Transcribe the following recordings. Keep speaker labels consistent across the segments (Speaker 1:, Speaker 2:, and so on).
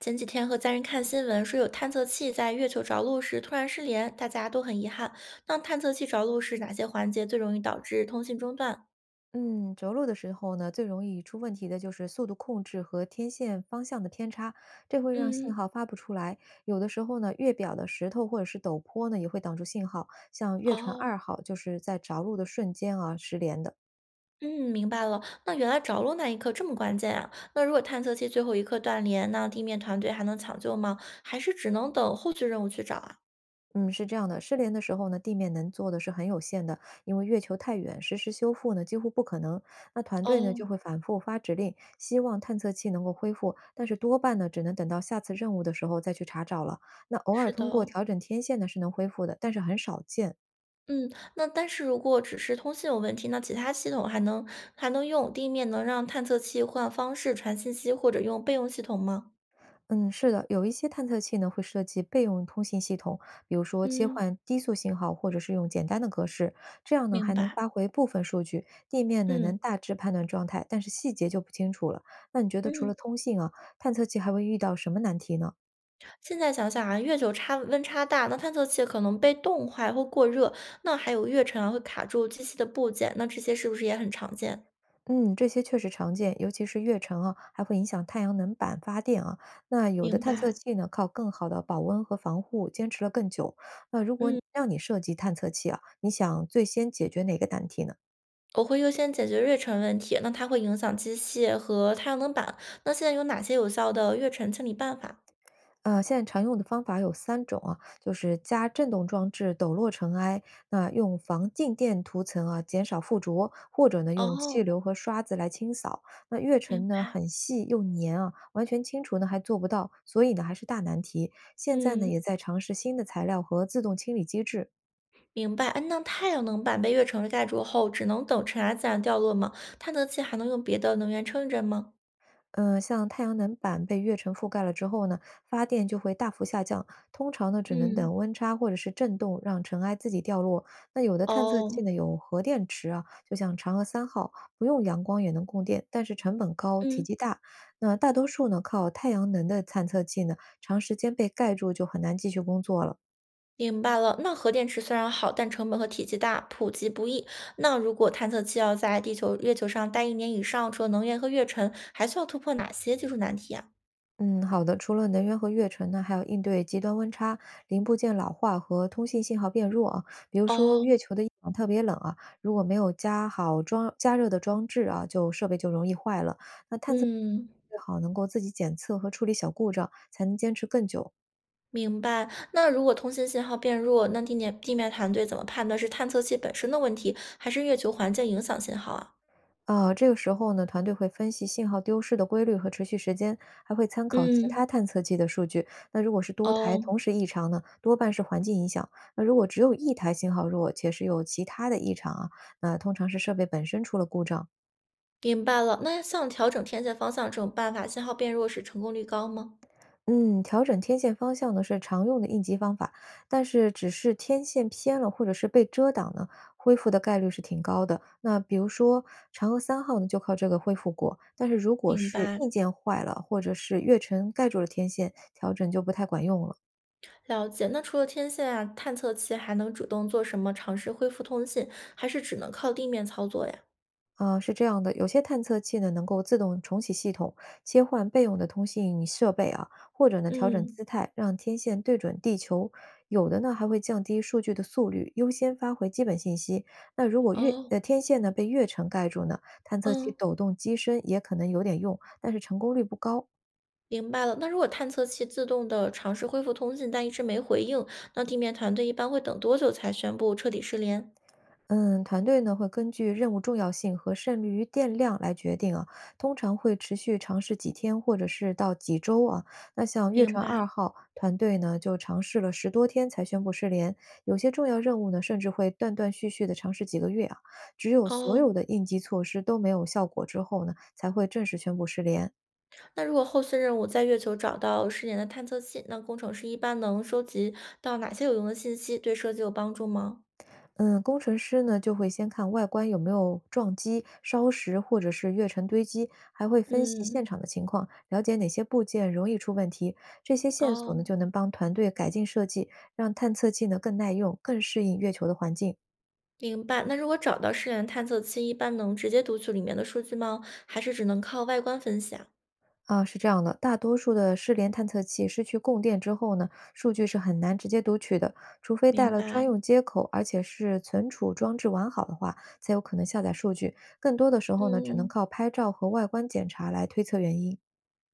Speaker 1: 前几天和家人看新闻，说有探测器在月球着陆时突然失联，大家都很遗憾。那探测器着陆时哪些环节最容易导致通信中断？
Speaker 2: 嗯，着陆的时候呢，最容易出问题的就是速度控制和天线方向的偏差，这会让信
Speaker 1: 嗯。
Speaker 2: 号发不出来。有的时候呢，月表的石头或者是陡坡呢，也会挡住信号。像月船
Speaker 1: 哦。
Speaker 2: 二号就是在着陆的瞬间啊，失联的。
Speaker 1: 嗯，明白了。那原来着陆那一刻这么关键啊！那如果探测器最后一刻断联，那地面团队还能抢救吗？还是只能等后续任务去找啊？
Speaker 2: 嗯，是这样的，失联的时候呢，地面能做的是很有限的，因为月球太远，实时修复呢几乎不可能。那团队呢
Speaker 1: 哦。
Speaker 2: 就会反复发指令，希望探测器能够恢复，但是多半呢只能等到下次任务的时候再去查找了。那偶尔
Speaker 1: 是的
Speaker 2: 通过
Speaker 1: 哦。
Speaker 2: 调整天线呢是能恢复的，但是很少见。
Speaker 1: 嗯，那但是如果只是通信有问题，那其他系统还能还能用，地面能让探测器换方式传信息，或者用备用系统吗？
Speaker 2: 嗯，是的，有一些探测器呢会设计备用通信系统，比如说切
Speaker 1: 嗯，
Speaker 2: 换低速信号，或者是用简单的格式，这样呢
Speaker 1: 明
Speaker 2: 还能
Speaker 1: 白。
Speaker 2: 发回部分数据。地面呢能
Speaker 1: 嗯
Speaker 2: 大致判断状态，但是细节就不清楚了。那你觉得除
Speaker 1: 嗯，
Speaker 2: 了通信啊，探测器还会遇到什么难题呢？
Speaker 1: 现在想想啊，月球差温差大，那探测器可能被冻坏或过热，那还有月尘啊会卡住机器的部件，那这些是不是也很常见？
Speaker 2: 嗯，这些确实常见，尤其是越尘啊，还会影响太阳能板发电啊。那有的
Speaker 1: 明
Speaker 2: 探测
Speaker 1: 白。
Speaker 2: 器呢，靠更好的保温和防护，坚持了更久。那如果
Speaker 1: 嗯，
Speaker 2: 让你设计探测器啊，你想最先解决哪个难题呢？
Speaker 1: 我会优先解决月尘问题，那它会影响机械和太阳能板。那现在有哪些有效的月尘清理办法？
Speaker 2: 现在常用的方法有三种啊，就是加震动装置抖落尘埃，那用防静电涂层啊减少附着，或者呢用气
Speaker 1: 哦。
Speaker 2: 流和刷子来清扫。那跃
Speaker 1: 明
Speaker 2: 尘呢
Speaker 1: 白。
Speaker 2: 很细又粘啊，完全清除呢还做不到，所以呢还是大难题。现在呢
Speaker 1: 嗯，
Speaker 2: 也在尝试新的材料和自动清理机制。
Speaker 1: 明白。哎，那太阳能板被月尘盖住后，只能等尘埃自然掉落吗？探测器还能用别的能源撑着吗？
Speaker 2: 像太阳能板被月尘覆盖了之后呢，发电就会大幅下降，通常呢只能等
Speaker 1: 嗯。
Speaker 2: 温差或者是震动让尘埃自己掉落。那有的探测器
Speaker 1: 哦。
Speaker 2: 呢有核电池啊，就像嫦娥三号，不用阳光也能供电，但是成本高，体
Speaker 1: 嗯，
Speaker 2: 积大。那大多数呢靠太阳能的探测器呢，长时间被盖住就很难继续工作了。
Speaker 1: 明白了。那核电池虽然好，但成本和体积大，普及不易。那如果探测器要在地球、月球上待一年以上，除了能源和月尘，还需要突破哪些技术难题啊？
Speaker 2: 嗯，好的。除了能源和跃程呢，还有应对极端温差、零部件老化和通信信号变弱啊。比如说月
Speaker 1: 哦。
Speaker 2: 球的夜晚特别冷啊，如果没有加好装加热的装置啊，就设备就容易坏了。那探测
Speaker 1: 嗯。
Speaker 2: 最好能够自己检测和处理小故障，才能坚持更久。
Speaker 1: 明白。那如果通信信号变弱，那地面团队怎么判断是探测器本身的问题，还是月球环境影响信号啊？
Speaker 2: 啊，这个时候呢，团队会分析信号丢失的规律和持续时间，还会参考其
Speaker 1: 嗯。
Speaker 2: 他探测器的数据。那如果是多台
Speaker 1: 哦，
Speaker 2: 同时异常呢，多半是环境影响；那如果只有一台信号弱，且是有其他的异常啊，那通常是设备本身出了故障。
Speaker 1: 明白了。那像调整天线方向这种办法，信号变弱时成功率高吗？
Speaker 2: 嗯，调整天线方向呢是常用的应急方法，但是只是天线偏了或者是被遮挡呢，恢复的概率是挺高的。那比如说嫦娥三号呢，就靠这个恢复过。但是如果
Speaker 1: 明
Speaker 2: 是
Speaker 1: 白。
Speaker 2: 硬件坏了，或者是月尘盖住了天线，调整就不太管用了。
Speaker 1: 了解。那除了天线啊，探测器还能主动做什么尝试恢复通信，还是只能靠地面操作呀？
Speaker 2: 啊，是这样的，有些探测器呢能够自动重启系统，切换备用的通信设备啊，或者呢调整
Speaker 1: 嗯。
Speaker 2: 姿态，让天线对准地球。有的呢还会降低数据的速率，优先发回基本信息。那如果
Speaker 1: 哦。
Speaker 2: 天线呢被月尘盖住呢，探测器
Speaker 1: 嗯，
Speaker 2: 抖动机身也可能有点用，但是成功率不高。
Speaker 1: 明白了。那如果探测器自动的尝试恢复通信，但一直没回应，那地面团队一般会等多久才宣布彻底失联？
Speaker 2: 嗯，团队呢会根据任务重要性和剩余电量来决定啊，通常会持续尝试几天或者是到几周啊。那像月
Speaker 1: 明
Speaker 2: 船
Speaker 1: 白。
Speaker 2: 二号团队呢，就尝试了十多天才宣布失联，有些重要任务呢，甚至会断断续续的尝试几个月啊。只有所
Speaker 1: 哦，
Speaker 2: 有的应急措施都没有效果之后呢，才会正式宣布失联。
Speaker 1: 那如果后续任务在月球找到失联的探测器，那工程师一般能收集到哪些有用的信息，对设计有帮助吗？
Speaker 2: 嗯，工程师呢就会先看外观有没有撞击、烧蚀或者是跃尘堆积，还会分析现
Speaker 1: 嗯。
Speaker 2: 场的情况，了解哪些部件容易出问题。这些线索呢
Speaker 1: 哦。
Speaker 2: 就能帮团队改进设计，让探测器呢更耐用、更适应月球的环境。
Speaker 1: 明白。那如果找到失联探测器，一般能直接读取里面的数据吗？还是只能靠外观分析啊？
Speaker 2: 啊，是这样的，大多数的失联探测器失去供电之后呢，数据是很难直接读取的，除非带
Speaker 1: 明
Speaker 2: 了专
Speaker 1: 白。
Speaker 2: 用接口，而且是存储装置完好的话，才有可能下载数据。更多的时候呢，只能
Speaker 1: 嗯。
Speaker 2: 靠拍照和外观检查来推测原因。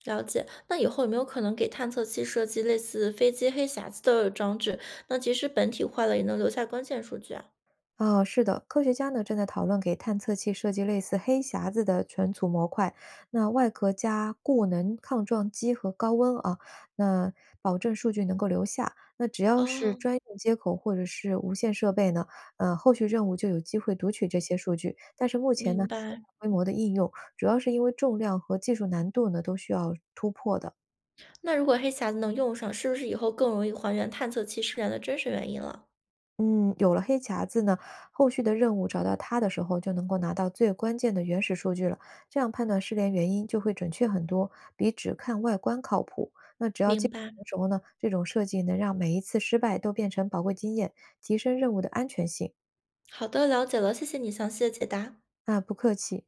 Speaker 1: 了解。那以后有没有可能给探测器设计类似飞机黑匣子的装置？那即使本体坏了，也能留下关键数据啊？
Speaker 2: 啊，是的，科学家呢正在讨论给探测器设计类似黑匣子的存储模块，那外壳加固能抗撞击和高温啊，那保证数据能够留下。那只要是
Speaker 1: 哦，
Speaker 2: 专用接口或者是无线设备呢，后续任务就有机会读取这些数据。但是目前呢，
Speaker 1: 明
Speaker 2: 还没有
Speaker 1: 白。
Speaker 2: 大规模的应用，主要是因为重量和技术难度呢都需要突破的。
Speaker 1: 那如果黑匣子能用上，是不是以后更容易还原探测器失联的真实原因了？
Speaker 2: 嗯，有了黑匣子呢，后续的任务找到它的时候，就能够拿到最关键的原始数据了。这样判断失联原因就会准确很多，比只看外观靠谱。那只要记
Speaker 1: 明
Speaker 2: 住
Speaker 1: 白。
Speaker 2: 成熟呢，这种设计能让每一次失败都变成宝贵经验，提升任务的安全性。
Speaker 1: 好的，了解了，谢谢你详细的解答。
Speaker 2: 啊，不客气。